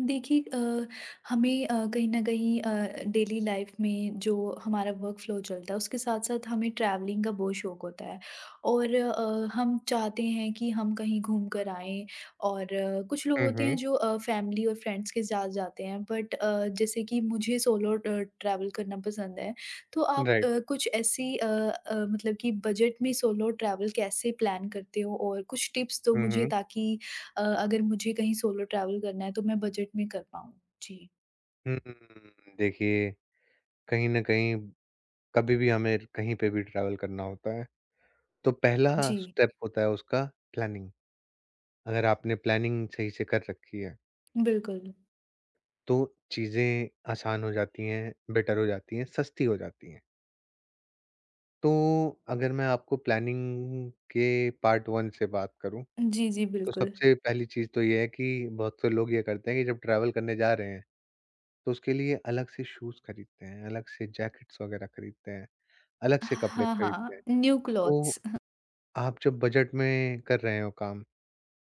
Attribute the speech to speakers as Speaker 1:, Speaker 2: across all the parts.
Speaker 1: देखिए, हमें कहीं न कहीं डेली लाइफ़ में जो हमारा वर्क फ्लो चलता है, उसके साथ-साथ हमें ट्रैवलिंग का बहुत शौक होता है और हम चाहते हैं कि हम कहीं घूम कर आएँ और कुछ लोग
Speaker 2: हुँ,
Speaker 1: होते
Speaker 2: हुँ।
Speaker 1: हैं जो फैमिली और फ्रेंड्स के साथ जाते हैं बट जैसे कि मुझे सोलो ट्रैवल करना पसंद है। तो आप
Speaker 2: राइट।
Speaker 1: कुछ ऐसी मतलब कि बजट में सोलो ट्रैवल कैसे प्लान करते हो और कुछ टिप्स दो
Speaker 2: हुँ,
Speaker 1: मुझे
Speaker 2: हुँ।
Speaker 1: ताकि अगर मुझे कहीं सोलो ट्रैवल करना है तो मैं बजट में कर पाऊँ। जी,
Speaker 2: हुँ, देखिए, कहीं न कहीं कभी भी हमें कहीं पे भी ट्रैवल करना होता है, तो पहला
Speaker 1: जी,
Speaker 2: स्टेप होता है उसका प्लानिंग। अगर आपने प्लानिंग सही से कर रखी है,
Speaker 1: बिल्कुल।
Speaker 2: तो चीज़ें आसान हो जाती हैं, बेटर हो जाती हैं, सस्ती हो जाती हैं। तो अगर मैं आपको प्लानिंग के पार्ट 1 से बात करूँ,
Speaker 1: जी, जी,
Speaker 2: तो
Speaker 1: बिल्कुल।
Speaker 2: सबसे पहली चीज़ तो ये है कि बहुत से लोग ये करते हैं कि जब ट्रैवल करने जा रहे हैं, तो उसके लिए अलग से शूज़ खरीदते हैं, अलग से जैकेट्स वगैरह खरीदते हैं। अलग से कपड़े
Speaker 1: हाँ,
Speaker 2: खरीदते हैं।
Speaker 1: हाँ, न्यू
Speaker 2: तो
Speaker 1: क्लॉथ्स।
Speaker 2: आप जब बजट में कर रहे हो काम,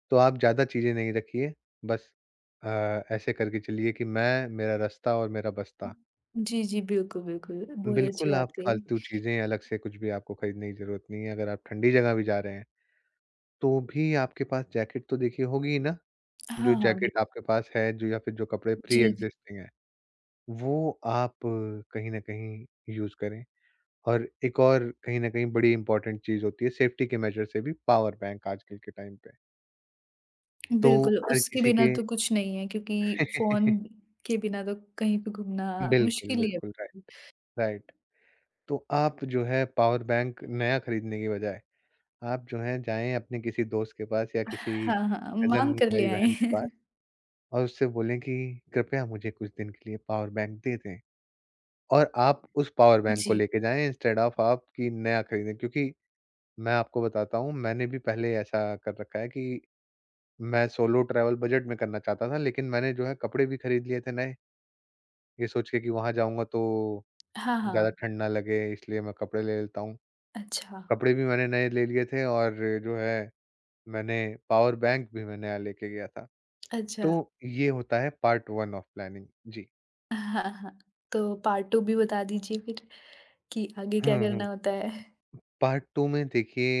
Speaker 2: तो आप ज़्यादा चीज़ें नहीं रखिए, बस अ, ऐसे करके चलिए कि मैं, मेरा रास्ता और मेरा बस्ता।
Speaker 1: जी, जी, बिल्कुल, बिल्कुल। बहुत अच्छी
Speaker 2: बिल्कुल
Speaker 1: बात
Speaker 2: आप
Speaker 1: कही।
Speaker 2: फालतू चीज़ें अलग से कुछ भी आपको खरीदने की ज़रूरत नहीं है, अगर आप ठंडी जगह भी जा रहे हैं, तो भी आपके पास जैकेट तो देखिए होगी ही ना? जो
Speaker 1: हाँ, हाँ, बिल
Speaker 2: जैकेट आपके पास है, जो या फिर जो कपड़े
Speaker 1: जी, जी,
Speaker 2: प्री-एक्जिस्टिंग हैं, वो आप कहीं न कहीं यूज़ करें। और एक और कहीं न कहीं बड़ी इम्पोर्टेंट चीज़ होती है सेफ्टी के मेजर से भी पावर बैंक आजकल के टाइम पे। तो
Speaker 1: बिल्कुल।
Speaker 2: हर
Speaker 1: उसके
Speaker 2: किसी
Speaker 1: बिना
Speaker 2: के
Speaker 1: तो कुछ नहीं है क्योंकि फ़ोन के बिना तो कहीं पे घूमना
Speaker 2: बिल्कुल,
Speaker 1: मुश्किल ही है।
Speaker 2: बिल्कुल, राइट, राइट। तो आप जो है पावर बैंक नया खरीदने की बजाय, आप जो है जाएँ अपने किसी दोस्त के पास या किसी
Speaker 1: हाँ, हाँ,
Speaker 2: कज़न
Speaker 1: माँग कर ले आएँ।
Speaker 2: भाई-बहन के पास और उससे बोलें कि कृपया मुझे कुछ दिन के लिए पावर बैंक दे दें। और आप उस पावर बैंक को
Speaker 1: जी,
Speaker 2: लेके जाएँ इंस्टेड ऑफ आप कि नया खरीदें क्योंकि मैं आपको बताता हूँ मैंने भी पहले ऐसा कर रखा है कि मैं सोलो ट्रैवल बजट में करना चाहता था, लेकिन मैंने जो है कपड़े भी खरीद लिए थे नए, ये सोच के कि वहाँ जाऊँगा तो
Speaker 1: हाँ,
Speaker 2: ज़्यादा
Speaker 1: हाँ।
Speaker 2: ठंड ना लगे इसलिए मैं कपड़े ले लेता हूँ।
Speaker 1: अच्छा,
Speaker 2: कपड़े भी मैंने नए ले लिए थे और जो है मैंने पावर बैंक भी मैं नया लेके गया था।
Speaker 1: अच्छा।
Speaker 2: तो ये होता है पार्ट 1 ऑफ प्लानिंग। जी।
Speaker 1: हाँ, हाँ। तो पार्ट 2 भी बता दीजिए फिर। कि आगे क्या
Speaker 2: हुँ, हुँ।
Speaker 1: करना होता है?
Speaker 2: पार्ट 2 में देखिए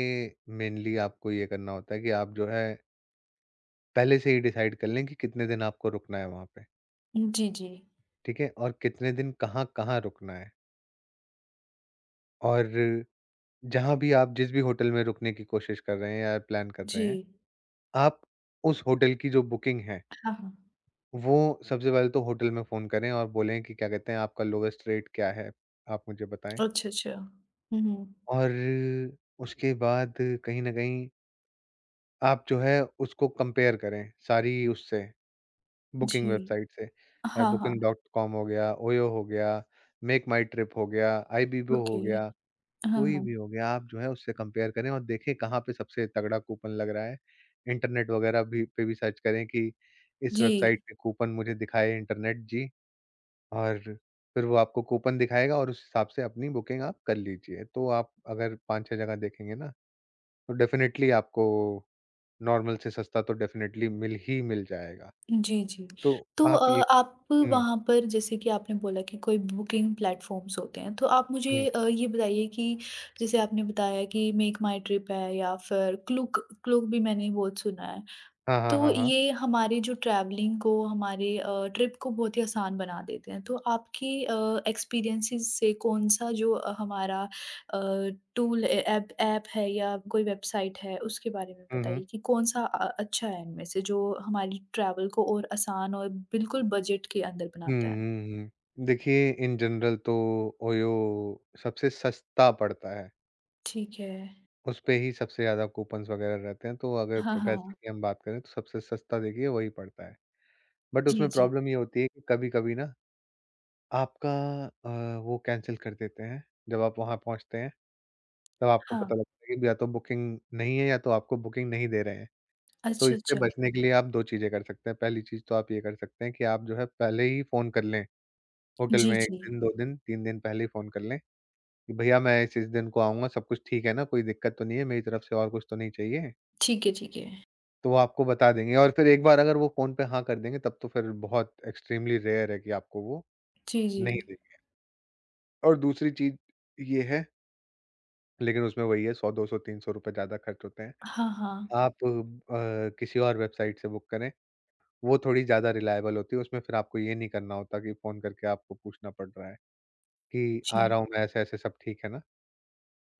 Speaker 2: मेनली आपको ये करना होता है कि आप जो है पहले से ही डिसाइड कर लें कि कितने दिन आपको रुकना है वहाँ पे,
Speaker 1: जी, जी।
Speaker 2: ठीक है? और कितने दिन कहाँ-कहाँ रुकना है और जहाँ भी आप जिस भी होटल में रुकने की कोशिश कर रहे हैं या प्लान कर
Speaker 1: जी।
Speaker 2: रहे हैं, आप उस होटल की जो बुकिंग है,
Speaker 1: हाँ, हाँ।
Speaker 2: वो सबसे पहले तो होटल में फ़ोन करें और बोलें कि क्या कहते हैं आपका लोवेस्ट रेट क्या है, आप मुझे बताएँ।
Speaker 1: अच्छा, अच्छा। हुँ, हुँ।
Speaker 2: और उसके बाद कहीं न कहीं आप जो है उसको कंपेयर करें, सारी उससे बुकिंग
Speaker 1: जी।
Speaker 2: वेबसाइट से।
Speaker 1: हाँ, हाँ।
Speaker 2: Booking.com हो गया, ओयो हो गया, मेक माई ट्रिप हो गया, आईबीबो हो
Speaker 1: ओके।
Speaker 2: गया।
Speaker 1: हाँ,
Speaker 2: कोई
Speaker 1: हाँ।
Speaker 2: भी हो गया, आप जो है उससे कंपेयर करें और देखें कहाँ पे सबसे तगड़ा कूपन लग रहा है। इंटरनेट वगैरह भी पे भी सर्च करें कि इस
Speaker 1: जी।
Speaker 2: वेबसाइट पे कूपन मुझे दिखाए इंटरनेट जी और फिर वो आपको कूपन दिखाएगा और उस हिसाब से अपनी बुकिंग आप कर लीजिए। तो आप अगर 5-6 जगह देखेंगे ना, तो डेफ़िनेटली आपको नॉर्मल से सस्ता तो डेफ़िनेटली मिल जाएगा।
Speaker 1: जी, जी।
Speaker 2: तो
Speaker 1: तो
Speaker 2: आप ये
Speaker 1: आप
Speaker 2: हुँ,
Speaker 1: वहाँ पर जैसे कि आपने बोला कि कोई बुकिंग प्लेटफ़ॉर्म्स होते हैं, तो आप
Speaker 2: हुँ।
Speaker 1: मुझे ये बताइए कि जैसे आपने बताया कि मेक माई ट्रिप है या फिर क्लूक क्लूक भी मैंने बहुत सुना है।
Speaker 2: हाँ, हाँ,
Speaker 1: तो
Speaker 2: हाँ, हाँ।
Speaker 1: ये हमारे जो ट्रैवलिंग को, हमारे ट्रिप को बहुत ही आसान बना देते हैं। तो आपकी एक्सपीरियंसेस से कौन-सा जो हमारा अ, टूल ए ऐप ऐप है या कोई वेबसाइट है, उसके बारे में
Speaker 2: हुँ, हुँ।
Speaker 1: बताइए कि कौन-सा अच्छा है इनमें से जो हमारी ट्रैवल को और आसान और बिल्कुल बजट के अंदर
Speaker 2: हुँ,
Speaker 1: बनाता है?
Speaker 2: हुँ, हुँ। देखिए इन जनरल तो ओयो सबसे सस्ता पड़ता है,
Speaker 1: ठीक है।
Speaker 2: उसपे ही सबसे ज़्यादा कूपन्स वग़ैरह रहते हैं, तो अगर
Speaker 1: हाँ,
Speaker 2: प पैसे
Speaker 1: हाँ।
Speaker 2: की हम बात करें तो सबसे सस्ता देखिए वही पड़ता है। बट
Speaker 1: जी,
Speaker 2: उसमें
Speaker 1: जी।
Speaker 2: प्रॉब्लम ये होती है कि कभी-कभी ना आपका वो कैंसल कर देते हैं, जब आप वहाँ पहुँचते हैं, तब आपको पता
Speaker 1: हाँ।
Speaker 2: लगता है कि या तो बुकिंग नहीं है या तो आपको बुकिंग नहीं दे रहे हैं। तो
Speaker 1: अच्छा,
Speaker 2: इससे
Speaker 1: अच्छा।
Speaker 2: बचने के लिए आप 2 चीज़ें कर सकते हैं, पहली चीज़ तो आप ये कर सकते हैं कि आप जो है पहले ही फ़ोन कर लें, होटल
Speaker 1: जी,
Speaker 2: में 1
Speaker 1: जी।
Speaker 2: दिन, 2 दिन, 3 दिन पहले ही फ़ोन कर लें कि भैया मैं इस दिन को आऊँगा, सब कुछ ठीक है ना? कोई दिक्कत तो नहीं है? मेरी तरफ से और कुछ तो नहीं चाहिए?
Speaker 1: ठीक है, ठीक है।
Speaker 2: तो वो आपको बता देंगे और फिर एक बार अगर वो फ़ोन पे हाँ कर देंगे, तब तो फिर बहुत एक्सट्रीमली रेयर है कि आपको वो
Speaker 1: जी, जी।
Speaker 2: नहीं देंगे। और दूसरी चीज़ ये है, लेकिन उसमें वही है 100, 200, ₹300 ज़्यादा खर्च होते हैं।
Speaker 1: हाँ, हाँ।
Speaker 2: आप किसी और वेबसाइट से बुक करें, वो थोड़ी ज़्यादा रिलायबल होती है। उसमें फिर आपको ये नहीं करना होता कि फ़ोन करके आपको पूछना पड़ रहा है कि, "आ
Speaker 1: जी।
Speaker 2: रहा हूँ मैं, ऐसे-ऐसे सब ठीक है ना?"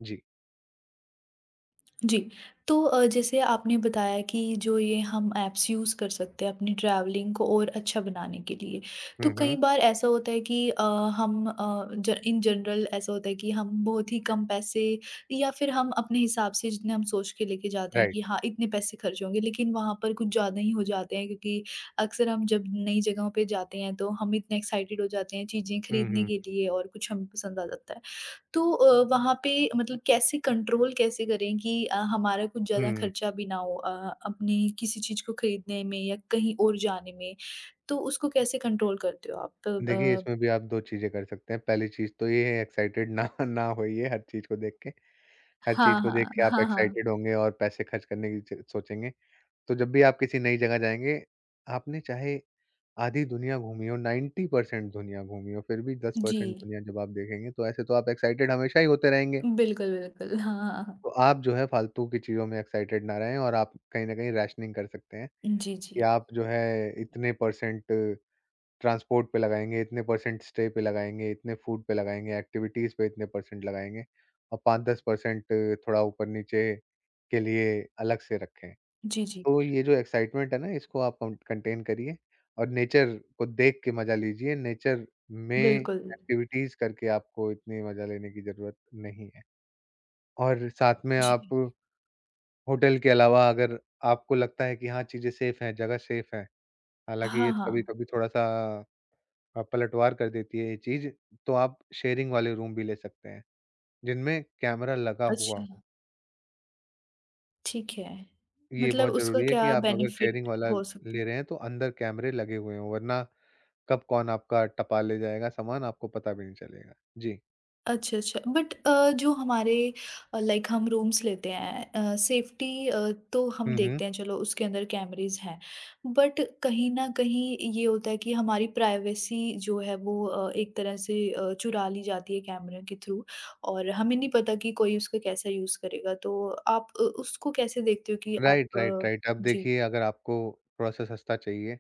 Speaker 2: जी।
Speaker 1: जी, तो जैसे आपने बताया कि जो ये हम ऐप्स यूज़ कर सकते हैं अपनी ट्रैवलिंग को और अच्छा बनाने के लिए। तो
Speaker 2: हुँ,
Speaker 1: कई
Speaker 2: हुँ।
Speaker 1: बार ऐसा होता है कि हम ज इन जनरल ऐसा होता है कि हम बहुत ही कम पैसे या फिर हम अपने हिसाब से जितने हम सोच के लेके जाते हैं कि
Speaker 2: राइट।
Speaker 1: हाँ, इतने पैसे खर्च होंगे, लेकिन वहाँ पर कुछ ज़्यादा ही हो जाते हैं क्योंकि अक्सर हम जब नई जगहों पे जाते हैं तो हम इतने एक्साइटेड हो जाते हैं चीज़ें
Speaker 2: हुँ,
Speaker 1: खरीदने
Speaker 2: हुँ।
Speaker 1: के लिए और कुछ हमें पसंद आ जाता है। तो वहाँ पे मतलब कैसे कंट्रोल कैसे करें कि हमारा कुछ ज़्यादा
Speaker 2: हुँ।
Speaker 1: खर्चा भी ना हो, अपने किसी चीज़ को खरीदने में या कहीं और जाने में? तो उसको कैसे कंट्रोल करते हो आप? तो,
Speaker 2: देखिए, इसमें
Speaker 1: अ,
Speaker 2: भी आप 2 चीज़ें कर सकते हैं। पहली चीज़ तो ये है एक्साइटेड ना ना होइए हर चीज़ को देख के। हर चीज़
Speaker 1: हाँ,
Speaker 2: को देख
Speaker 1: हाँ।
Speaker 2: के आप
Speaker 1: हाँ, हाँ।
Speaker 2: एक्साइटेड होंगे और पैसे खर्च करने की च सोचेंगे। तो जब भी आप किसी नई जगह जाएँगे, आपने चाहे आधी दुनिया घूमी हो, 90% दुनिया घूमी हो, फिर भी
Speaker 1: जी।
Speaker 2: 10% दुनिया जब आप देखेंगे, तो ऐसे तो आप एक्साइटेड हमेशा ही होते रहेंगे।
Speaker 1: बिल्कुल, बिल्कुल। हाँ, हाँ, हाँ।
Speaker 2: तो आप जो है फालतू की चीज़ों में एक्साइटेड ना रहें और आप कहीं न कहीं राशनिंग कर सकते हैं
Speaker 1: जी, जी।
Speaker 2: कि आप जो है इतने परसेंट ट्रांसपोर्ट पे लगाएँगे इतने परसेंट, स्टे पे लगाएँगे इतने, फूड पे लगाएँगे, एक्टिविटीज़ पे इतने परसेंट लगाएँगे और 5-10 परसेंट थोड़ा ऊपर-नीचे के लिए अलग से रखें।
Speaker 1: जी, जी।
Speaker 2: तो ये जो एक्साइटमेंट है ना इसको आप कं कंटेन करिए और नेचर को देख के मज़ा लीजिए, नेचर में
Speaker 1: बिल्कुल।
Speaker 2: एक्टिविटीज़ करके आपको इतनी मज़ा लेने की ज़रूरत नहीं है। और साथ में
Speaker 1: जी।
Speaker 2: आप होटल के अलावा अगर आपको लगता है कि हाँ, चीज़ें सेफ़ हैं, जगह सेफ़ है, हालाँकि
Speaker 1: हाँ,
Speaker 2: ये तो
Speaker 1: हाँ।
Speaker 2: कभी-कभी थोड़ा-सा पलटवार कर देती है ये चीज़, तो आप शेयरिंग वाले रूम भी ले सकते हैं, जिनमें कैमरा लगा हुआ
Speaker 1: अच्छा,
Speaker 2: हो।
Speaker 1: ठीक है।
Speaker 2: ये
Speaker 1: मतलब
Speaker 2: बहुत
Speaker 1: उसका
Speaker 2: ज़रूरी है कि
Speaker 1: क्या
Speaker 2: आप अगर शेयरिंग
Speaker 1: बेनिफिट
Speaker 2: वाला
Speaker 1: हो सकता
Speaker 2: ले
Speaker 1: है?
Speaker 2: रहे हैं, तो अंदर कैमरे लगे हुए हों, वरना कब कौन आपका टपा ले जाएगा सामान, आपको पता भी नहीं चलेगा। जी।
Speaker 1: अच्छा, अच्छा। बट जो हमारे लाइक हम रूम्स लेते हैं, सेफ्टी, तो हम
Speaker 2: हुँ, हुँ।
Speaker 1: देखते हैं चलो उसके अंदर कैमरेज़ हैं। बट कहीं न कहीं ये होता है कि हमारी प्राइवेसी जो है वो एक तरह से चुरा ली जाती है कैमरे के थ्रू और हमें नहीं पता कि कोई उसका कैसा यूज़ करेगा। तो आप उसको कैसे देखते हो कि आप
Speaker 2: राइट, राइट,
Speaker 1: अ,
Speaker 2: राइट। अब
Speaker 1: जी।
Speaker 2: देखिए अगर आपको थोड़ा-सा सस्ता चाहिए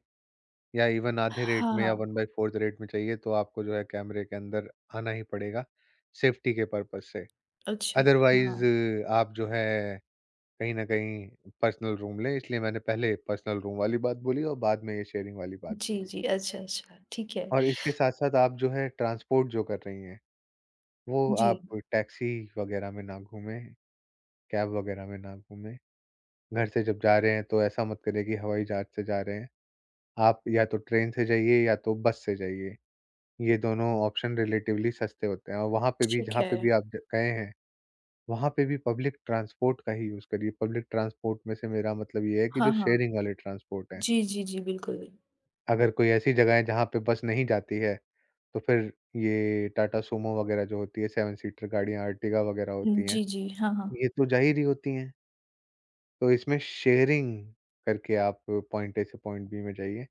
Speaker 2: या इवन आधे रेट
Speaker 1: हाँ,
Speaker 2: में या
Speaker 1: हाँ।
Speaker 2: 1/4 रेट में चाहिए, तो आपको जो है कैमरे के अंदर आना ही पड़ेगा, सेफ्टी के पर्पज़ से।
Speaker 1: अच्छा,
Speaker 2: अदरवाइज़
Speaker 1: हाँ।
Speaker 2: आप जो है कहीं न कहीं पर्सनल रूम लें, इसलिए मैंने पहले पर्सनल रूम वाली बात बोली और बाद में ये शेयरिंग वाली बात
Speaker 1: जी,
Speaker 2: बोली।
Speaker 1: जी। अच्छा, अच्छा। ठीक है।
Speaker 2: और इसके साथ-साथ आप जो है ट्रांसपोर्ट जो कर रही हैं, वो
Speaker 1: जी,
Speaker 2: आप टैक्सी वग़ैरह में ना घूमें, कैब वग़ैरह में ना घूमें। घर से जब जा रहे हैं तो ऐसा मत करें कि हवाई जहाज़ से जा रहे हैं, आप या तो ट्रेन से जाइए या तो बस से जाइए। ये दोनों ऑप्शन रिलेटिवली सस्ते होते हैं और वहाँ पे भी
Speaker 1: ठीक
Speaker 2: जहाँ
Speaker 1: है।
Speaker 2: पे भी आप ज गए हैं, वहाँ पे भी पब्लिक ट्रांसपोर्ट का ही यूज़ करिए। पब्लिक ट्रांसपोर्ट में से मेरा मतलब ये है कि
Speaker 1: हाँ,
Speaker 2: जो
Speaker 1: हाँ।
Speaker 2: शेयरिंग वाले ट्रांसपोर्ट हैं।
Speaker 1: जी, जी, जी। बिल्कुल।
Speaker 2: अगर कोई ऐसी जगह है जहाँ पे बस नहीं जाती है, तो फिर ये टाटा सूमो वगैरह जो होती है, 7 सीटर गाड़ियाँ, आर्टिगा वगैरह होती हैं,
Speaker 1: जी, जी। हाँ, हाँ।
Speaker 2: ये तो जा ही रही होती हैं। तो इसमें शेयरिंग करके आप पॉइंट ए से पॉइंट बी में जाइए,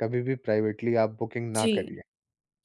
Speaker 2: कभी भी प्राइवेटली आप बुकिंग ना करिए।
Speaker 1: जी,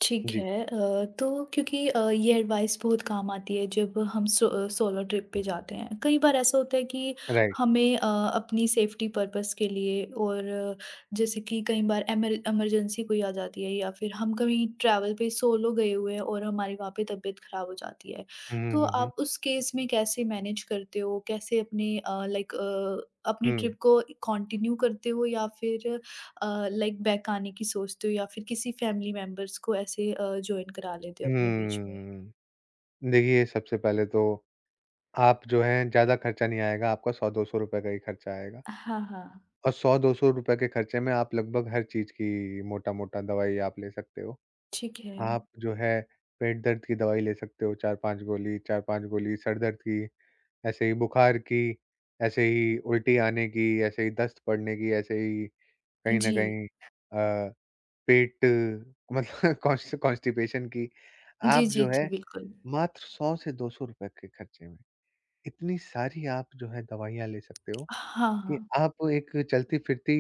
Speaker 1: ठीक
Speaker 2: जी,
Speaker 1: है। तो क्योंकि ये एडवाइस बहुत काम आती है जब हम सो सोलो ट्रिप पे जाते हैं। कई बार ऐसा होता है कि
Speaker 2: राइट।
Speaker 1: हमें अपनी सेफ्टी पर्पज़ के लिए और जैसे कि कई बार एमर इमरजेंसी कोई आ जाती है या फिर हम कहीं ट्रैवल पे सोलो गए हुए हैं और हमारी वहाँ पे तबीयत ख़राब हो जाती है।
Speaker 2: हुँ,
Speaker 1: तो
Speaker 2: हुँ, हुँ,
Speaker 1: आप उस केस में कैसे मैनेज करते हो? कैसे अपने लाइक अपनी
Speaker 2: हुँ।
Speaker 1: ट्रिप को कंटिन्यू करते हो या फिर लाइक बैक आने की सोचते हो या फिर किसी फैमिली मेंबर्स को ऐसे जॉइन करा लेते हो
Speaker 2: हुँ,
Speaker 1: अपने बीच में?
Speaker 2: हुँ। देखिए, सबसे पहले तो आप जो है ज़्यादा खर्चा नहीं आएगा, आपका 100-200 रुपए का ही खर्चा आएगा
Speaker 1: हाँ, हाँ।
Speaker 2: और 100-200 रुपए के खर्चे में आप लगभग हर चीज़ की मोटा-मोटा दवाई आप ले सकते हो।
Speaker 1: ठीक है।
Speaker 2: आप जो है पेट दर्द की दवाई ले सकते हो 4-5 गोली, 4-5 गोली सर दर्द की, ऐसे ही बुखार की, ऐसे ही उल्टी आने की, ऐसे ही दस्त पड़ने की, ऐसे ही कहीं न
Speaker 1: जी।
Speaker 2: कहीं अ, पेट मतलब कॉन्स्टिपेशन की।
Speaker 1: जी,
Speaker 2: आप
Speaker 1: जी,
Speaker 2: जो
Speaker 1: जी,
Speaker 2: है
Speaker 1: बिल्कुल।
Speaker 2: मात्र 100 से ₹200 के खर्चे में, इतनी सारी आप जो है दवाइयाँ ले सकते हो
Speaker 1: हाँ,
Speaker 2: कि
Speaker 1: हाँ।
Speaker 2: आप एक चलती-फिरती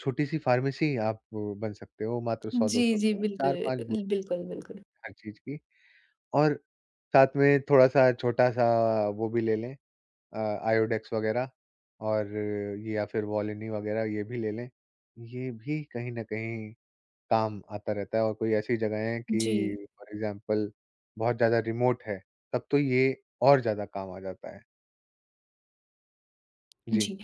Speaker 2: छोटी-सी फार्मेसी आप बन सकते हो मात्र
Speaker 1: जी,
Speaker 2: 100-200
Speaker 1: जी,
Speaker 2: रुपए में,
Speaker 1: बिल्कुल,
Speaker 2: 4-5 गोली
Speaker 1: बिल्कुल, बिल्कुल।
Speaker 2: हर चीज़ की और साथ में थोड़ा-सा छोटा-सा वो भी ले लें अ, आयोडेक्स वगैरह और ये या फिर वोलिनी वगैरह ये भी ले लें। ये भी कहीं न कहीं काम आता रहता है और कोई ऐसी जगहें हैं कि
Speaker 1: जी।
Speaker 2: फॉर एग्ज़ाम्पल बहुत ज़्यादा रिमोट है, तब तो ये और ज़्यादा काम आ जाता है। जी।
Speaker 1: जी।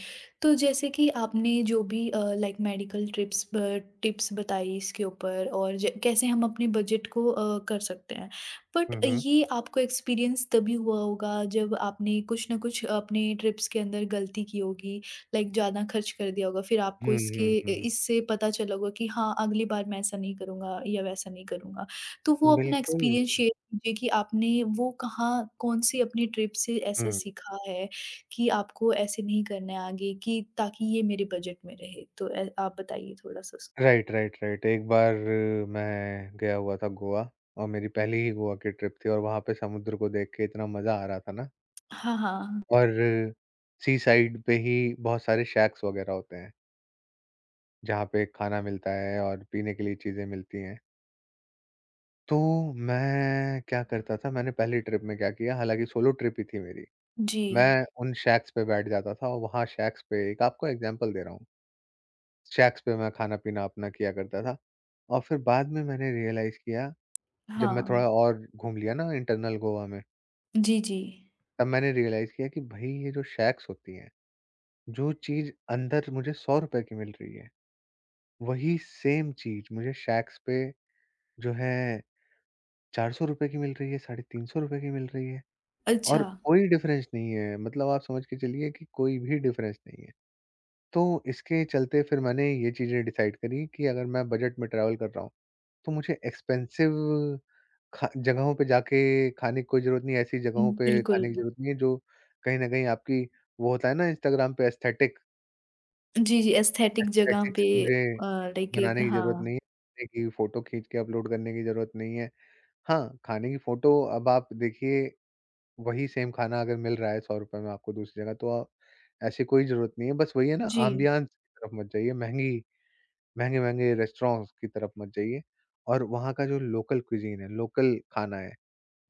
Speaker 1: तो जैसे कि आपने जो भी लाइक मेडिकल ट्रिप्स ब टिप्स बताई इसके ऊपर और ज कैसे हम अपने बजट को कर सकते हैं। बट
Speaker 2: हुँ, हुँ।
Speaker 1: ये आपको एक्सपीरियंस तभी हुआ होगा जब आपने कुछ न कुछ अपने ट्रिप्स के अंदर गलती की होगी, लाइक ज़्यादा खर्च कर दिया होगा। फिर आपको
Speaker 2: हुँ, हुँ,
Speaker 1: इसके
Speaker 2: हुँ, हुँ।
Speaker 1: इससे पता चला होगा कि हाँ, अगली बार मैं ऐसा नहीं करूँगा या वैसा नहीं करूँगा। तो वो अपना
Speaker 2: बिल्कुल।
Speaker 1: एक्सपीरियंस शेयर कीजिए कि आपने वो कहाँ कौन-सी अपनी ट्रिप से ऐसा
Speaker 2: हुँ।
Speaker 1: सीखा है? कि आपको ऐसे नहीं करना है आगे कि ताकि ये मेरे बजट में रहे। तो ए आप बताइए थोड़ा-सा उस
Speaker 2: राइट, राइट, राइट। एक बार मैं गया हुआ था गोवा और मेरी पहली ही गोवा की ट्रिप थी और वहाँ पे समुद्र को देख के इतना मज़ा आ रहा था ना
Speaker 1: हाँ, हाँ।
Speaker 2: और सी साइड पे ही बहुत सारे शैक्स वगैरह होते हैं, जहाँ पे खाना मिलता है और पीने के लिए चीज़ें मिलती हैं। तो मैं क्या करता था, मैंने पहली ट्रिप में क्या किया, हालाँकि सोलो ट्रिप ही थी मेरी।
Speaker 1: जी।
Speaker 2: मैं उन शैक्स पे बैठ जाता था और वहाँ शैक्स पे एक आपको एग्ज़ाम्पल दे रहा हूँ, शैक्स पे मैं खाना-पीना अपना किया करता था। और फिर बाद में मैंने रियलाइज़ किया, जब मैं थोड़ा
Speaker 1: हाँ।
Speaker 2: और घूम लिया ना इंटरनल गोवा में,
Speaker 1: जी, जी।
Speaker 2: तब मैंने रियलाइज़ किया कि भई ये जो शैक्स होती हैं, जो चीज़ अंदर मुझे ₹100 की मिल रही है वही सेम चीज़ मुझे शैक्स पे जो है ₹400 की मिल रही है, ₹350 की मिल रही है
Speaker 1: अच्छा।
Speaker 2: और कोई डिफ़रेंस नहीं है, मतलब आप समझ के चलिए कि कोई भी डिफ़रेंस नहीं है। तो इसके चलते फिर मैंने ये चीज़ें डिसाइड करी कि अगर मैं बजट में ट्रैवल कर रहा हूँ, तो मुझे एक्सपेंसिव खा जगहों पे जाके खाने की कोई ज़रूरत नहीं है, ऐसी जगहों पे
Speaker 1: बिल्कुल।
Speaker 2: खाने की ज़रूरत नहीं है जो कहीं न कहीं आपकी वो होता है ना इंस्टाग्राम पे एस्थेटिक
Speaker 1: जी, जी एस्थेटिक जगह
Speaker 2: एस्थेटिक्स
Speaker 1: पे
Speaker 2: मुझे
Speaker 1: अ, लाइक एक
Speaker 2: बनाने की ज़रूरत
Speaker 1: हाँ।
Speaker 2: नहीं है, की फ़ोटो खींच के अपलोड करने की ज़रूरत नहीं है। हाँ, खाने की फ़ोटो अब आप देखिए वही सेम खाना अगर मिल रहा है ₹100 में आपको दूसरी जगह, तो ऐसी कोई ज़रूरत नहीं है। बस वही है ना
Speaker 1: जी।
Speaker 2: एम्बियंस की तरफ मत जाइए, महँगी महँगे-महँगे रेस्टोरेंट्स की तरफ मत जाइए और वहाँ का जो लोकल क्विज़ीन है, लोकल खाना है,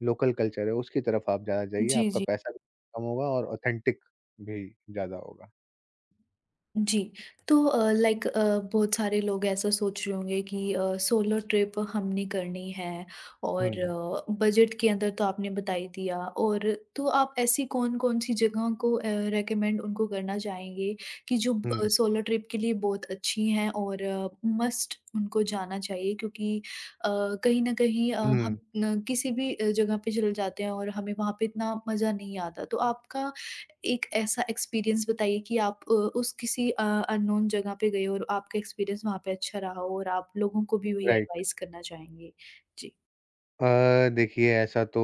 Speaker 2: लोकल कल्चर है, उसकी तरफ आप ज़्यादा जाइए।
Speaker 1: जी,
Speaker 2: आपका
Speaker 1: जी।
Speaker 2: पैसा भी कम होगा और ऑथेंटिक भी ज़्यादा होगा।
Speaker 1: जी, तो लाइक, बहुत सारे लोग ऐसा सोच रहे होंगे कि सोलो ट्रिप हमने करनी है और
Speaker 2: हुँ,
Speaker 1: बजट के अंदर तो आपने बता ही दिया और तो आप ऐसी कौन-कौन सी जगहों को रेकमेंड उनको करना चाहेंगे कि जो
Speaker 2: हुँ,
Speaker 1: हुँ। सोलो ट्रिप के लिए बहुत अच्छी हैं और मस्ट उनको जाना चाहिए क्योंकि अ, कहीं न कहीं हुँ। हम
Speaker 2: हुँ,
Speaker 1: न किसी भी जगह पे चले जाते हैं और हमें वहाँ पे इतना मज़ा नहीं आता। तो आपका एक ऐसा एक्सपीरियंस बताइए कि आप उस किसी अननोन जगह पे गए हो और आपका एक्सपीरियंस वहाँ पे अच्छा रहा हो और आप लोगों को भी वही
Speaker 2: राइट।
Speaker 1: एडवाइस करना चाहेंगे? जी।
Speaker 2: देखिए ऐसा तो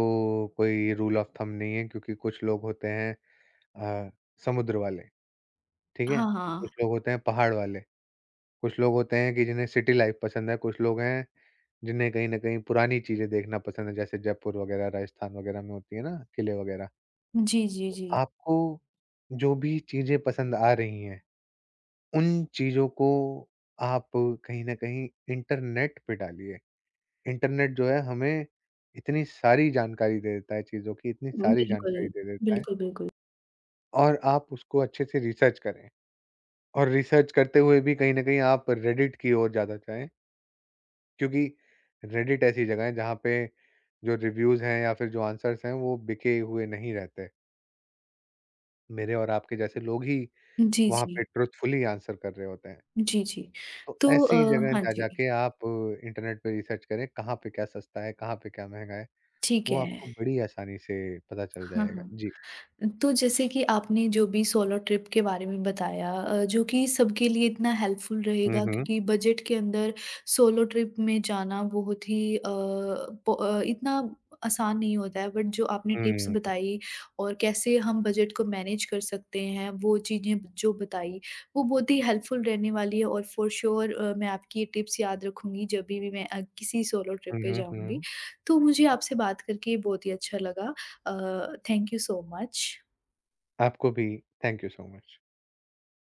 Speaker 2: कोई रूल ऑफ थंब नहीं है क्योंकि कुछ लोग होते हैं अ, समुद्र वाले। ठीक है?
Speaker 1: हाँ,
Speaker 2: कुछ
Speaker 1: हाँ।
Speaker 2: लोग होते हैं पहाड़ वाले, कुछ लोग होते हैं कि जिन्हें सिटी लाइफ़ पसंद है, कुछ लोग हैं जिन्हें कहीं न कहीं पुरानी चीज़ें देखना पसंद है, जैसे जयपुर वगैरह, राजस्थान वगैरह में होती है ना किले वगैरह।
Speaker 1: जी, जी,
Speaker 2: तो
Speaker 1: जी।
Speaker 2: आपको जो भी चीज़ें पसंद आ रही हैं, उन चीज़ों को आप कहीं न कहीं इंटरनेट पे डालिए। इंटरनेट जो है हमें इतनी सारी जानकारी दे देता है चीज़ों की, इतनी सारी
Speaker 1: बिल्कुल,
Speaker 2: जानकारी दे देता है
Speaker 1: बिल्कुल, बिल्कुल।
Speaker 2: और आप उसको अच्छे से रिसर्च करें। और रिसर्च करते हुए भी कहीं न कहीं आप रेडिट की ओर ज़्यादा जाएँ, क्योंकि रेडिट ऐसी जगह है जहाँ पे जो रिव्यूज़ हैं या फिर जो आंसर्स हैं वो बिके हुए नहीं रहते। मेरे और आपके जैसे लोग ही
Speaker 1: जी,
Speaker 2: वहाँ
Speaker 1: जी।
Speaker 2: पे ट्रुथफुली आंसर कर रहे होते हैं।
Speaker 1: जी, जी।
Speaker 2: तो
Speaker 1: तो
Speaker 2: ऐसी जगह
Speaker 1: हाँ
Speaker 2: जा जा
Speaker 1: जी।
Speaker 2: के आप इंटरनेट पे रिसर्च करें, कहाँ पे क्या सस्ता है, कहाँ पे क्या महँगा है,
Speaker 1: ठीक
Speaker 2: वो
Speaker 1: है।
Speaker 2: आपको बड़ी आसानी से पता चल
Speaker 1: हाँ,
Speaker 2: जाएगा। जी।
Speaker 1: हाँ। तो जैसे कि आपने जो भी सोलो ट्रिप के बारे में बताया, जो कि सबके लिए इतना हेल्पफुल
Speaker 2: हुँ,
Speaker 1: रहेगा
Speaker 2: हुँ।
Speaker 1: क्योंकि बजट के अंदर सोलो ट्रिप में जाना बहुत ही इतना आसान नहीं होता है बट जो आपने टिप्स
Speaker 2: हुँ।
Speaker 1: बताई और कैसे हम बजट को मैनेज कर सकते हैं वो चीज़ें जो बताई वो बहुत ही हेल्पफुल रहने वाली है और फॉर श्योर मैं आपकी ये टिप्स याद रखूंगी जब भी मैं किसी सोलो ट्रिप
Speaker 2: हुँ,
Speaker 1: पे
Speaker 2: हुँ,
Speaker 1: जाऊंगी
Speaker 2: हुँ।
Speaker 1: तो मुझे आपसे बात करके बहुत ही अच्छा लगा थैंक यू सो मच
Speaker 2: आपको भी थैंक यू सो मच।